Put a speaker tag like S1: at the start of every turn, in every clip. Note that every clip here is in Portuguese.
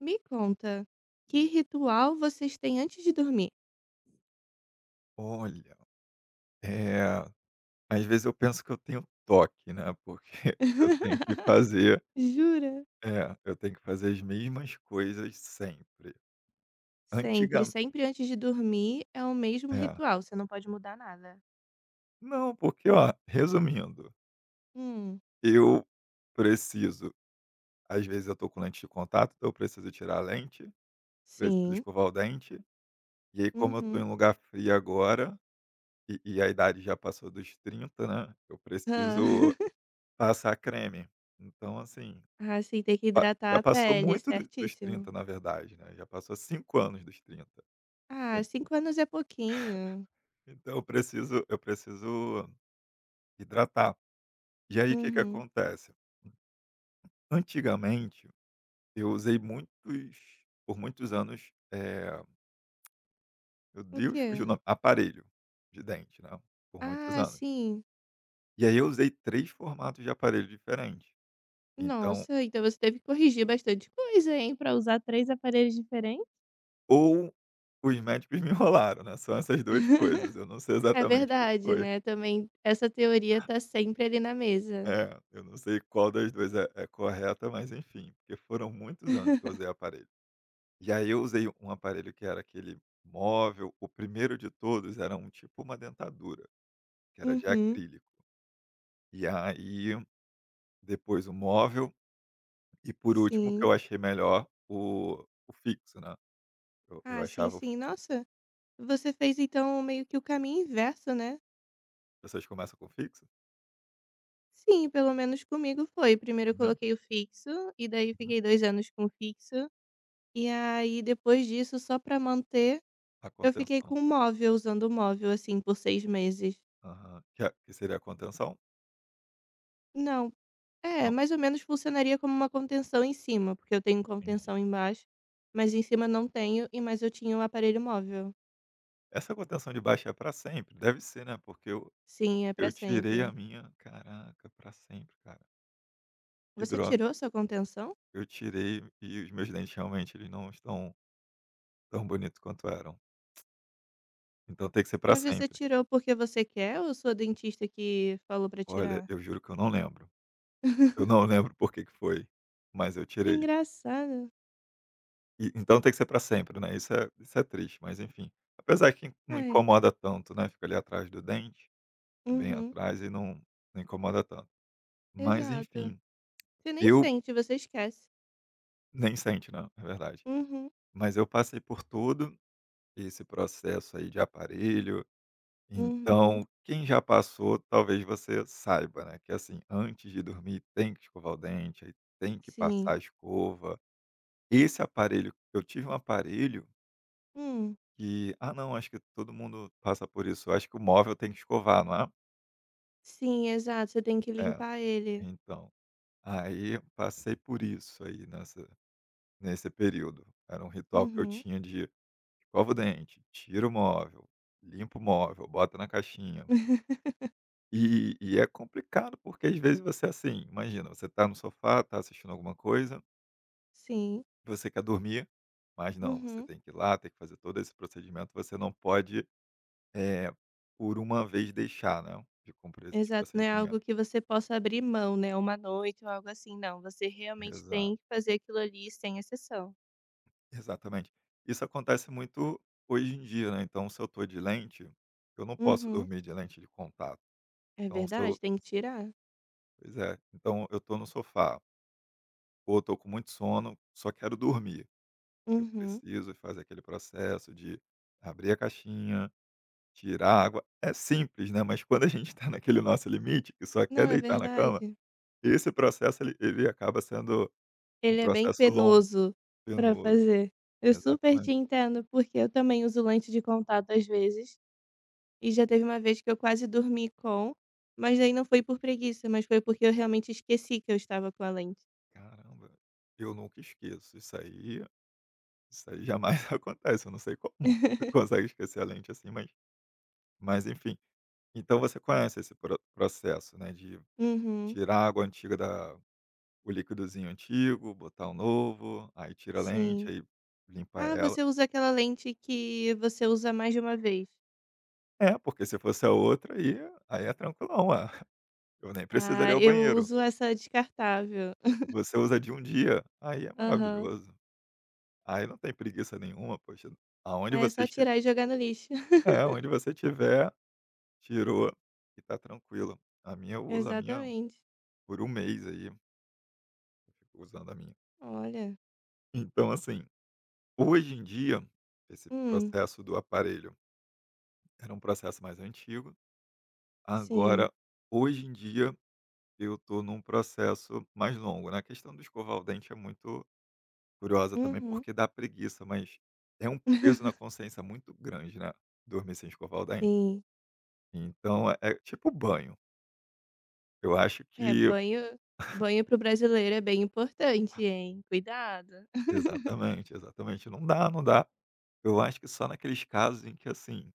S1: Me conta, que ritual vocês têm antes de dormir?
S2: Olha, eh, às vezes eu penso que eu tenho toque, né, porque eu tenho que fazer
S1: Jura?
S2: eu tenho que fazer as mesmas coisas sempre.
S1: Sempre,
S2: Antigamente
S1: sempre antes de dormir é o mesmo
S2: é.
S1: ritual, você não pode mudar nada.
S2: Não, porque ó, resumindo,
S1: Hum,
S2: eu preciso às vezes eu tô com lente de contato, então eu preciso tirar a lente, preciso
S1: sim.
S2: escovar o dente, e aí como eu tô em
S1: Uhum.
S2: lugar frio agora, e a idade já passou dos 30, né, eu
S1: Hã.
S2: preciso passar creme. Então assim.
S1: Ah, sim, tem que
S2: Pa
S1: hidratar
S2: Já
S1: a
S2: passou
S1: pele,
S2: muito do dos
S1: certíssimo.
S2: 30 na verdade, né, já passou 5 anos dos 30.
S1: Ah,
S2: En
S1: 5 anos é pouquinho.
S2: Então eu preciso hidratar. E aí, o que que
S1: Uhum.
S2: acontece? Antigamente, eu usei muitos por muitos anos, meu
S1: O
S2: Deus, fugiu o
S1: quê?
S2: nome, aparelho de dente, né, por muitos
S1: Ah,
S2: anos.
S1: sim.
S2: E aí eu usei 3 formatos de aparelho diferentes. Então,
S1: Nossa, então você teve que corrigir bastante coisa, hein, pra usar 3 aparelhos diferentes?
S2: ou os médicos me enrolaram, né, são essas 2 coisas, eu não sei
S1: É
S2: exatamente o que que
S1: verdade,
S2: foi.
S1: né, também essa teoria tá sempre ali na mesa.
S2: É, eu não sei qual das 2 é correta, mas enfim, porque foram muitos anos que eu usei aparelho. E aí eu usei um aparelho que era aquele móvel, o primeiro de todos era um tipo uma dentadura, que era de
S1: Uhum,
S2: acrílico. E aí, depois o móvel e por último, que
S1: sim.
S2: eu achei melhor, o fixo, né. Eu
S1: Ah, sim,
S2: achava,
S1: sim. Nossa, você fez então meio que o caminho inverso, né.
S2: vocês começam com fixo?
S1: Sim, pelo menos comigo foi, primeiro
S2: É
S1: eu
S2: mesmo?
S1: coloquei o fixo, e daí
S2: Uhum.
S1: fiquei 2 anos com o fixo, e aí depois disso só pra manter,
S2: A
S1: eu fiquei com
S2: contenção.
S1: o móvel, usando o móvel, assim, por 6 meses.
S2: Aham. Que é que seria a contenção?
S1: Não, é,
S2: Não,
S1: mais ou menos funcionaria como uma contenção em cima, porque eu tenho
S2: entendi.
S1: contenção embaixo, mas em cima não tenho, e mas eu tinha um aparelho móvel.
S2: Essa contenção de baixo é para sempre? Deve ser, né, porque o
S1: Sim, é
S2: eu
S1: pra
S2: tirei a
S1: sempre.
S2: minha, caraca, pra sempre, cara. Que
S1: Você
S2: droga.
S1: tirou sua contenção?
S2: Eu tirei e os meus dentes realmente eles não estão tão bonitos quanto eram. Então tem que ser pra
S1: Mas você
S2: sempre.
S1: tirou porque você quer ou sua dentista que falou pra
S2: Olha,
S1: tirar?
S2: eu juro que eu não lembro. Eu não lembro por que que foi, mas eu tirei.
S1: Engraçado.
S2: E então tem que ser pra sempre, né, isso é triste, mas enfim. Apesar que não
S1: Ai.
S2: incomoda tanto, né, fica ali atrás do dente, bem
S1: Uhum.
S2: atrás e não incomoda tanto. Mas
S1: Exato.
S2: enfim,
S1: Você nem
S2: eu
S1: sente, você esquece.
S2: nem sente, né, é verdade.
S1: Uhum.
S2: Mas eu passei por tudo esse processo aí de aparelho.
S1: Uhum.
S2: Então, quem já passou, talvez você saiba, né, que assim, antes de dormir tem que escovar o dente, aí tem que
S1: Sim.
S2: passar a escova. Esse aparelho, eu tive um aparelho
S1: Hum.
S2: que ah, não, acho que todo mundo passa por isso. Eu acho que o móvel tem que escovar, não é?
S1: Sim, exato. Você tem que
S2: É,
S1: limpar ele.
S2: então, aí eu passei por isso aí nessa nesse período. Era um ritual que eu
S1: Uhum.
S2: tinha de escova o dente, tira o móvel, limpa o móvel, bota na caixinha. E é complicado, porque às vezes você, assim, imagina, você tá no sofá, tá assistindo alguma coisa,
S1: Sim.
S2: você quer dormir, mas não, você
S1: Uhum.
S2: tem que ir lá, tem que fazer todo esse procedimento, você não pode, eh, por uma vez deixar, né, de cumprir esses
S1: Exato, não é algo
S2: procedimentos.
S1: que você possa abrir mão, né, uma noite ou algo assim, não, você realmente
S2: Exato,
S1: tem que fazer aquilo ali sem exceção.
S2: exatamente. Isso acontece muito hoje em dia, né, então se eu tô de lente, eu não posso
S1: Uhum,
S2: dormir de lente de contato.
S1: é
S2: Então se
S1: verdade,
S2: eu
S1: tem que tirar.
S2: Pois é, então eu tô no sofá, ou eu tô com muito sono, só quero dormir. Eu
S1: Uhum.
S2: preciso e Fazer aquele processo de abrir a caixinha, tirar a água. É simples, né, mas quando a gente está naquele nosso limite, que só quer
S1: Não, é
S2: deitar na cama,
S1: verdade.
S2: esse processo ele acaba sendo um
S1: Ele é bem
S2: processo longo,
S1: penoso pra
S2: penoso.
S1: fazer. Eu super te
S2: Exatamente.
S1: entendo, porque eu também uso lente de contato às vezes, e já teve uma vez que eu quase dormi com, mas daí não foi por preguiça, mas foi porque eu realmente esqueci que eu estava com a lente.
S2: Caramba, eu nunca esqueço. Isso aí jamais acontece, eu não sei como você consegue esquecer a lente assim, mas enfim. Então você conhece esse processo, né, de
S1: Uhum,
S2: tirar a água antiga da o líquidozinho antigo, botar o novo, aí tira a lente,
S1: sim.
S2: aí limpa
S1: Ah,
S2: ela.
S1: você usa aquela lente que você usa mais de uma vez.
S2: É, porque se fosse a outra aí é tranquilão, ué. Eu nem precisaria
S1: Ah,
S2: ir ao
S1: eu
S2: banheiro.
S1: uso essa descartável.
S2: Você usa de um dia, aí é
S1: Aham.
S2: maravilhoso. Aí não tem preguiça nenhuma, poxa, aonde
S1: É
S2: você
S1: só
S2: esti
S1: tirar e jogar no lixo.
S2: é, onde você tiver, tirou e tá tranquilo. A minha, eu uso a minha
S1: Exatamente.
S2: por um mês aí, eu fico usando a minha.
S1: Olha.
S2: Então assim, hoje em dia, esse
S1: Hum,
S2: processo do aparelho era um processo mais antigo.
S1: sim.
S2: Agora, hoje em dia, eu tô num processo mais longo, né, a questão do escovar o dente é muito curiosa também,
S1: Uhum.
S2: porque dá preguiça, mas é um peso na consciência muito grande, né, dormir sem escovar o dente.
S1: Sim.
S2: Então é tipo banho, eu acho
S1: É,
S2: que
S1: banho para o brasileiro é bem importante, hein. Cuidado.
S2: exatamente, exatamente, não dá, não dá. Eu acho que só naqueles casos em que, assim,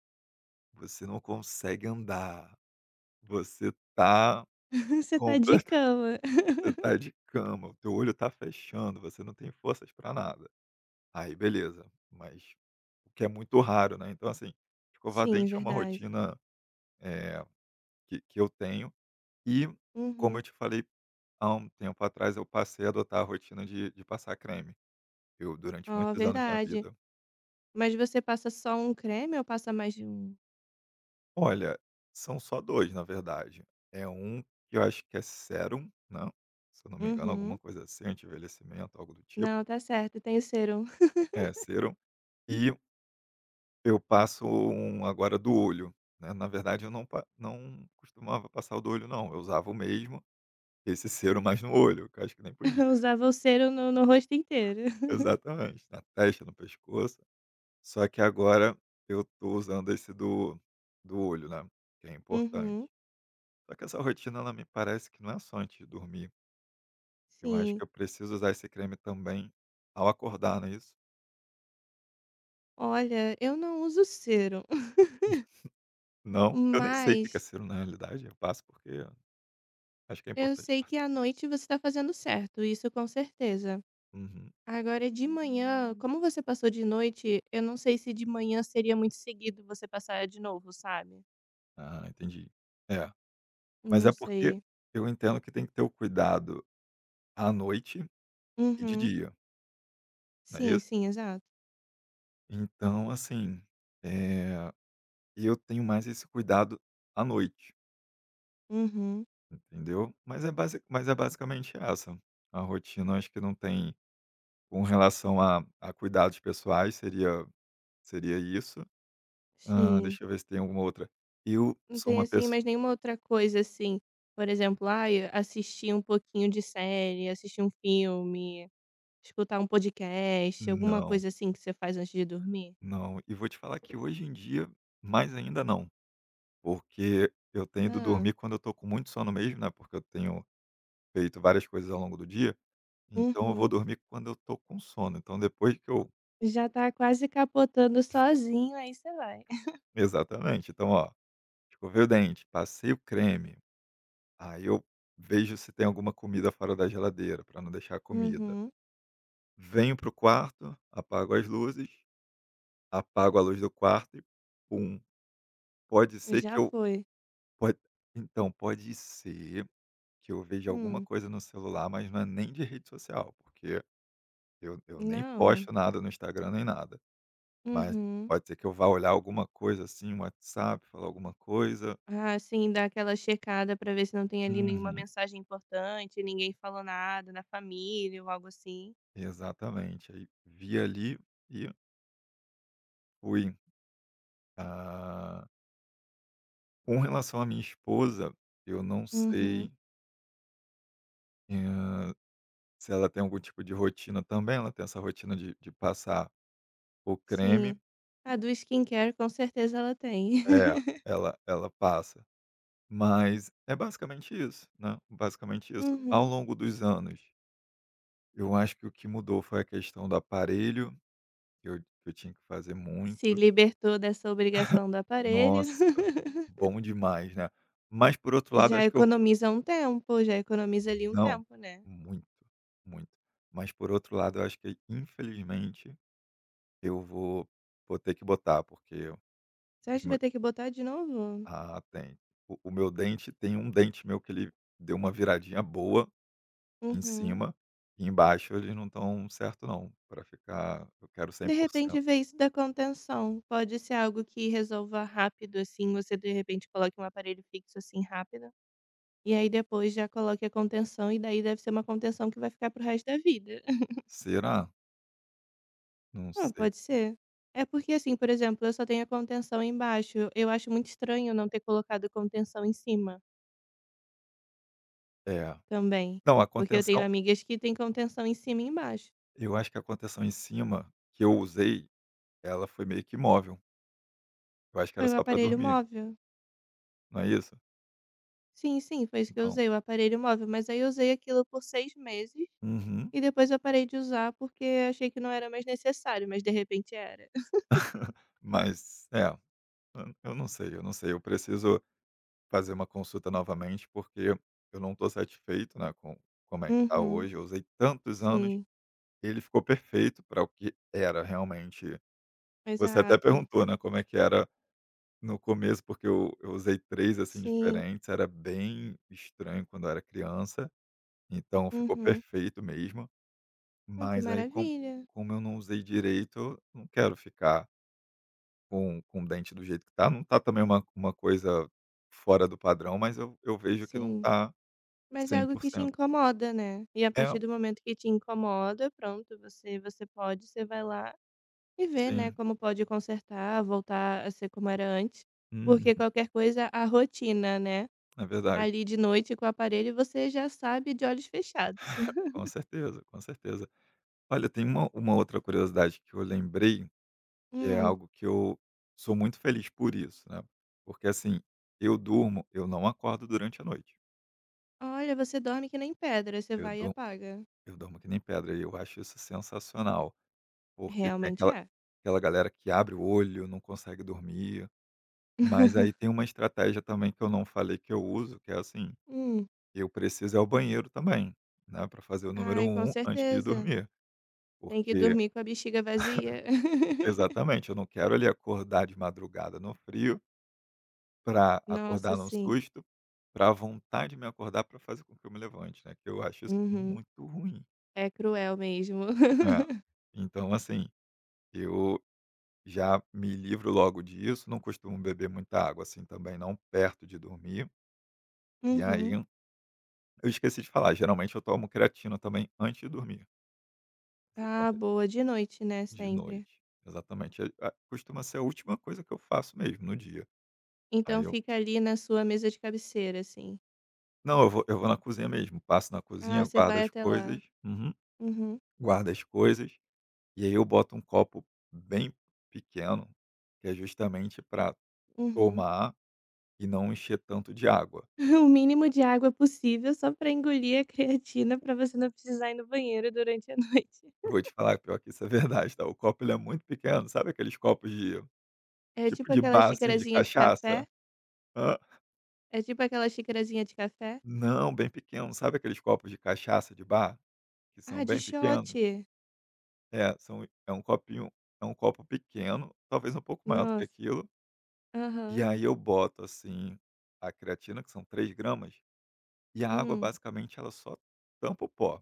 S2: você não consegue andar, você tá
S1: Você tá
S2: completo,
S1: de cama.
S2: você tá de cama, o teu olho tá fechando, você não tem forças para nada. Aí beleza, mas o que é muito raro, né. Então assim, escovar
S1: Sim,
S2: dente é uma
S1: verdade.
S2: rotina, eh, que eu tenho e, como
S1: Uhum.
S2: eu te falei há um tempo atrás, eu passei a adotar a rotina de passar creme. Eu durante
S1: Ó,
S2: muitos anos na
S1: verdade.
S2: vida.
S1: Mas você passa só um creme ou passa mais de um?
S2: Olha, são só 2 na verdade. É um que eu acho que é sérum, né, se eu não me engano
S1: Uhum.
S2: alguma coisa assim, anti-envelhecimento, algo do tipo.
S1: Não, tá certo, tem o cero.
S2: É, sérum. E eu passo um agora do olho, né, na verdade eu não costumava passar o do olho não, eu usava o mesmo, esse cero mais no olho, que eu acho que nem podia.
S1: Usava o cero no rosto inteiro.
S2: Exatamente, na testa, no pescoço, só que agora eu tô usando esse do olho, né, que é
S1: Uhum,
S2: importante. Só que essa rotina ela me parece que não é só antes de dormir, eu acho
S1: sim.
S2: que eu preciso usar esse creme também ao acordar, não é isso?
S1: Olha, eu não uso cero,
S2: Não? Eu nem sei o que que é
S1: mas
S2: cero na realidade, eu passo porque acho que é
S1: eu
S2: importante
S1: sei que à
S2: passar.
S1: noite você tá fazendo certo, isso com certeza.
S2: Uhum.
S1: Agora de manhã, como você passou de noite, eu não sei se de manhã seria muito seguido você passar de novo, sabe.
S2: Ah, entendi. É. Mas
S1: Não
S2: é porque
S1: sei.
S2: eu entendo que tem que ter o cuidado à noite e de
S1: Uhum.
S2: dia, não é
S1: Sim,
S2: isso?
S1: sim, exato.
S2: Então, assim, eh, eu tenho mais esse cuidado à noite,
S1: Uhum.
S2: entendeu? Mas é basicamente essa, a rotina acho que não tem, com relação a cuidados pessoais seria seria isso.
S1: Sim.
S2: Deixa eu ver se tem alguma outra. Eu
S1: Não
S2: sou
S1: tem,
S2: uma
S1: assim,
S2: pessoa?
S1: mais nenhuma outra coisa, assim, por exemplo, ai, assistir um pouquinho de série, assistir um filme, escutar um podcast, alguma
S2: Não,
S1: coisa assim que você faz antes de dormir?
S2: não. E vou te falar que hoje em dia mais ainda não. Porque eu tenho ido
S1: Hã.
S2: dormir quando eu tô com muito sono mesmo, né, porque eu tenho feito várias coisas ao longo do dia, então eu vou
S1: Uhum.
S2: dormir quando eu tô com sono. Então depois que eu
S1: Já tá quase capotando sozinho, aí você vai.
S2: exatamente. Então, ó, escovei o dente, passei o creme, aí eu vejo se tem alguma comida fora da geladeira para não deixar a comida.
S1: Uhum.
S2: Venho pro quarto, apago as luzes, apago a luz do quarto e pum, pode ser que
S1: Já
S2: eu
S1: foi.
S2: pode então, pode ser que eu veja alguma
S1: Hum.
S2: coisa no celular, mas não é nem de rede social, porque eu nem
S1: Não.
S2: posto nada no Instagram nem nada, mas
S1: Uhum.
S2: pode ser que eu vá olhar alguma coisa assim, um WhatsApp, falar alguma coisa,
S1: Ah, sim, dá aquela checada pra ver se não tem ali nenhuma
S2: uhum,
S1: mensagem importante, ninguém falou nada na família ou algo assim.
S2: exatamente. Aí vi ali e fui. Ah, com relação à minha esposa, eu não
S1: Uhum.
S2: sei, hã, se ela tem algum tipo de rotina também, ela tem essa rotina de passar o
S1: Sim.
S2: creme,
S1: A do skincare com certeza ela tem.
S2: é, ela passa. Mas é basicamente isso, né, basicamente isso, ao
S1: Uhum.
S2: longo dos anos. Eu acho que o que mudou foi a questão do aparelho, que eu tinha que fazer
S1: Se
S2: muito.
S1: libertou dessa obrigação do aparelho.
S2: Nossa, bom demais, né. Mas por outro lado
S1: Já
S2: acho que eu vou,
S1: economiza um tempo, já economiza ali um
S2: não,
S1: tempo, né.
S2: muito, muito. Mas por outro lado eu acho que infelizmente eu vou ter que botar, porque
S1: Você
S2: os
S1: acha que vai
S2: meus
S1: ter que botar de novo?
S2: tem. O meu dente, tem um dente meu que ele deu uma viradinha boa em
S1: Uhum.
S2: cima, e embaixo eles não estão certo não, para ficar eu quero cem
S1: De
S2: por cento.
S1: repente vê isso da contenção, pode ser algo que resolva rápido, assim, você de repente coloque um aparelho fixo, assim, rápido, e aí depois já coloque a contenção e daí deve ser uma contenção que vai ficar para o resto da vida.
S2: Será? Não
S1: Ah,
S2: sei.
S1: pode ser. É porque assim, por exemplo, eu só tenho a contenção embaixo. Eu acho muito estranho não ter colocado contenção em cima
S2: É.
S1: também.
S2: Não, a
S1: Porque eu tenho
S2: contenção
S1: amigas que têm contenção em cima e embaixo.
S2: eu acho que a contenção em cima que eu usei, ela foi meio que móvel. Eu acho que
S1: Foi
S2: era
S1: o
S2: só para
S1: aparelho
S2: dormir,
S1: móvel.
S2: não é isso?
S1: Sim, sim, foi isso que eu
S2: Então
S1: usei, o aparelho móvel. Mas aí eu usei aquilo por 6 meses
S2: uhum.
S1: e depois eu parei de usar porque achei que não era mais necessário, mas de repente era.
S2: Mas é, eu não sei, eu não sei, eu preciso fazer uma consulta novamente, porque eu não estou satisfeito, né, com como é que tá
S1: Uhum.
S2: hoje, eu usei tantos anos,
S1: Sim,
S2: ele ficou perfeito para o que era realmente. Você até
S1: exato.
S2: perguntou, né, como é que era no começo, porque eu usei 3 assim,
S1: Sim.
S2: diferentes, era bem estranho quando eu era criança. Então ficou
S1: Uhum.
S2: perfeito mesmo,
S1: Ah, que
S2: mas aí como
S1: maravilha.
S2: como eu não usei direito, não quero ficar com o dente do jeito que tá, não tá também uma coisa fora do padrão, mas eu vejo que não
S1: Sim.
S2: tá
S1: Mas é
S2: cem
S1: algo
S2: por
S1: que te
S2: cento.
S1: incomoda, né. E a
S2: É,
S1: partir do momento que te incomoda, pronto, você pode, você vai lá e vê, né,
S2: sim.
S1: como pode consertar, voltar a ser como era antes,
S2: Uhum.
S1: porque qualquer coisa a rotina, né,
S2: É verdade.
S1: ali de noite com o aparelho você já sabe de olhos fechados.
S2: Com certeza, com certeza. Olha, tem uma outra curiosidade que eu lembrei, que é
S1: Hum,
S2: algo que eu sou muito feliz por isso, né, porque assim, eu durmo, eu não acordo durante a noite,
S1: olha, você dorme que nem pedra, você
S2: eu
S1: vai e apaga.
S2: Eu durmo que nem pedra e eu acho isso sensacional, porque tem
S1: Realmente
S2: aquela
S1: é.
S2: aquela galera que abre o olho, não consegue dormir, mas aí tem uma estratégia também que eu não falei que eu uso, que é assim,
S1: Hum.
S2: eu preciso ir ao banheiro também, né, para fazer o número
S1: Ai, com
S2: um antes de
S1: certeza.
S2: dormir,
S1: Tem que
S2: porque
S1: dormir com a bexiga vazia.
S2: exatamente, eu não quero ali acordar de madrugada no frio para
S1: Nossa,
S2: acordar num
S1: sim.
S2: susto, para a vontade de me acordar para fazer com que eu me levante, né, que eu acho isso
S1: Uhum.
S2: muito ruim.
S1: É cruel mesmo.
S2: É, então assim, eu Já me livro logo disso, não costumo beber muita água, assim, também não, perto de dormir. E aí,
S1: Uhum.
S2: eu esqueci de falar, geralmente eu tomo creatina também antes de dormir, você
S1: Ah,
S2: conta
S1: boa. De noite, né,
S2: de
S1: sempre.
S2: noite. Exatamente, é a costuma ser a última coisa que eu faço mesmo no dia. Aí
S1: Então
S2: eu
S1: fica ali na sua mesa de cabeceira, assim.
S2: Não, eu vou na cozinha mesmo, passo na
S1: Ah,
S2: cozinha,
S1: você
S2: guardo
S1: vai
S2: as
S1: até lá.
S2: coisas uhum,
S1: Uhum,
S2: guardo as coisas, e aí eu boto um copo bem pequeno, que é justamente para
S1: uhum.
S2: tomar e não encher tanto de água.
S1: O mínimo de água possível só pra engolir a creatina pra você não precisar ir no banheiro durante a noite.
S2: Vou te falar, pior que isso é verdade, tá. O copo ele é muito pequeno, sabe aqueles copos de
S1: É
S2: tipo
S1: tipo
S2: de
S1: aquela
S2: bar, assim, de
S1: xicarazinha de
S2: cachaça?
S1: café?
S2: Hã.
S1: É tipo aquela xicarazinha de café?
S2: Não, bem pequeno. Sabe aqueles copos de cachaça de bar, que são
S1: Ah, de
S2: bem
S1: shot.
S2: pequenos? É, são, é um copinho, é um copo pequeno, talvez um pouco maior do que
S1: Nossa.
S2: aquilo, e
S1: Aham.
S2: aí eu boto, assim, a creatina, que são 3 gramas, e a água
S1: Hum.
S2: basicamente ela só tampa o pó,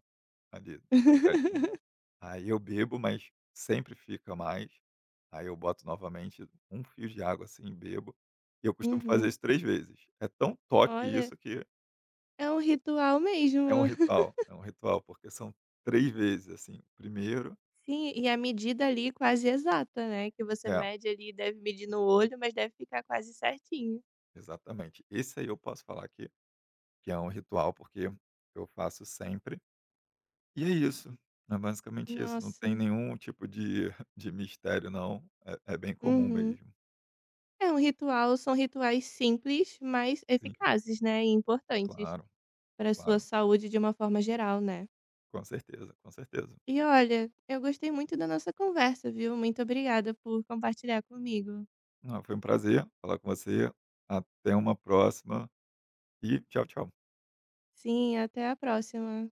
S2: ali, da creatina. Aí eu bebo, mas sempre fica mais. Aí eu boto novamente um fio de água assim e bebo. E eu costumo fazer
S1: Uhum.
S2: isso 3 vezes. É tão toque
S1: Olha,
S2: isso que
S1: é um ritual mesmo.
S2: é um ritual, porque são 3 vezes assim. Primeiro
S1: Sim, e a medida ali quase exata, né, que você
S2: é,
S1: mede ali, deve medir no olho, mas deve ficar quase certinho.
S2: exatamente. Esse aí eu posso falar que é um ritual, porque eu faço sempre. E é isso, é basicamente isso. Não tem
S1: Nossa.
S2: nenhum tipo de de mistério não. É é bem comum
S1: Uhum.
S2: mesmo.
S1: É um ritual são rituais simples, mas
S2: Sim,
S1: eficazes, né, e importantes
S2: claro,
S1: pra sua
S2: claro.
S1: saúde de uma forma geral, né.
S2: Com certeza, com certeza.
S1: E olha, eu gostei muito da nossa conversa, viu. Muito obrigada por compartilhar comigo.
S2: Ah, foi um prazer falar com você. Até uma próxima e tchau, tchau.
S1: Sim, até a próxima.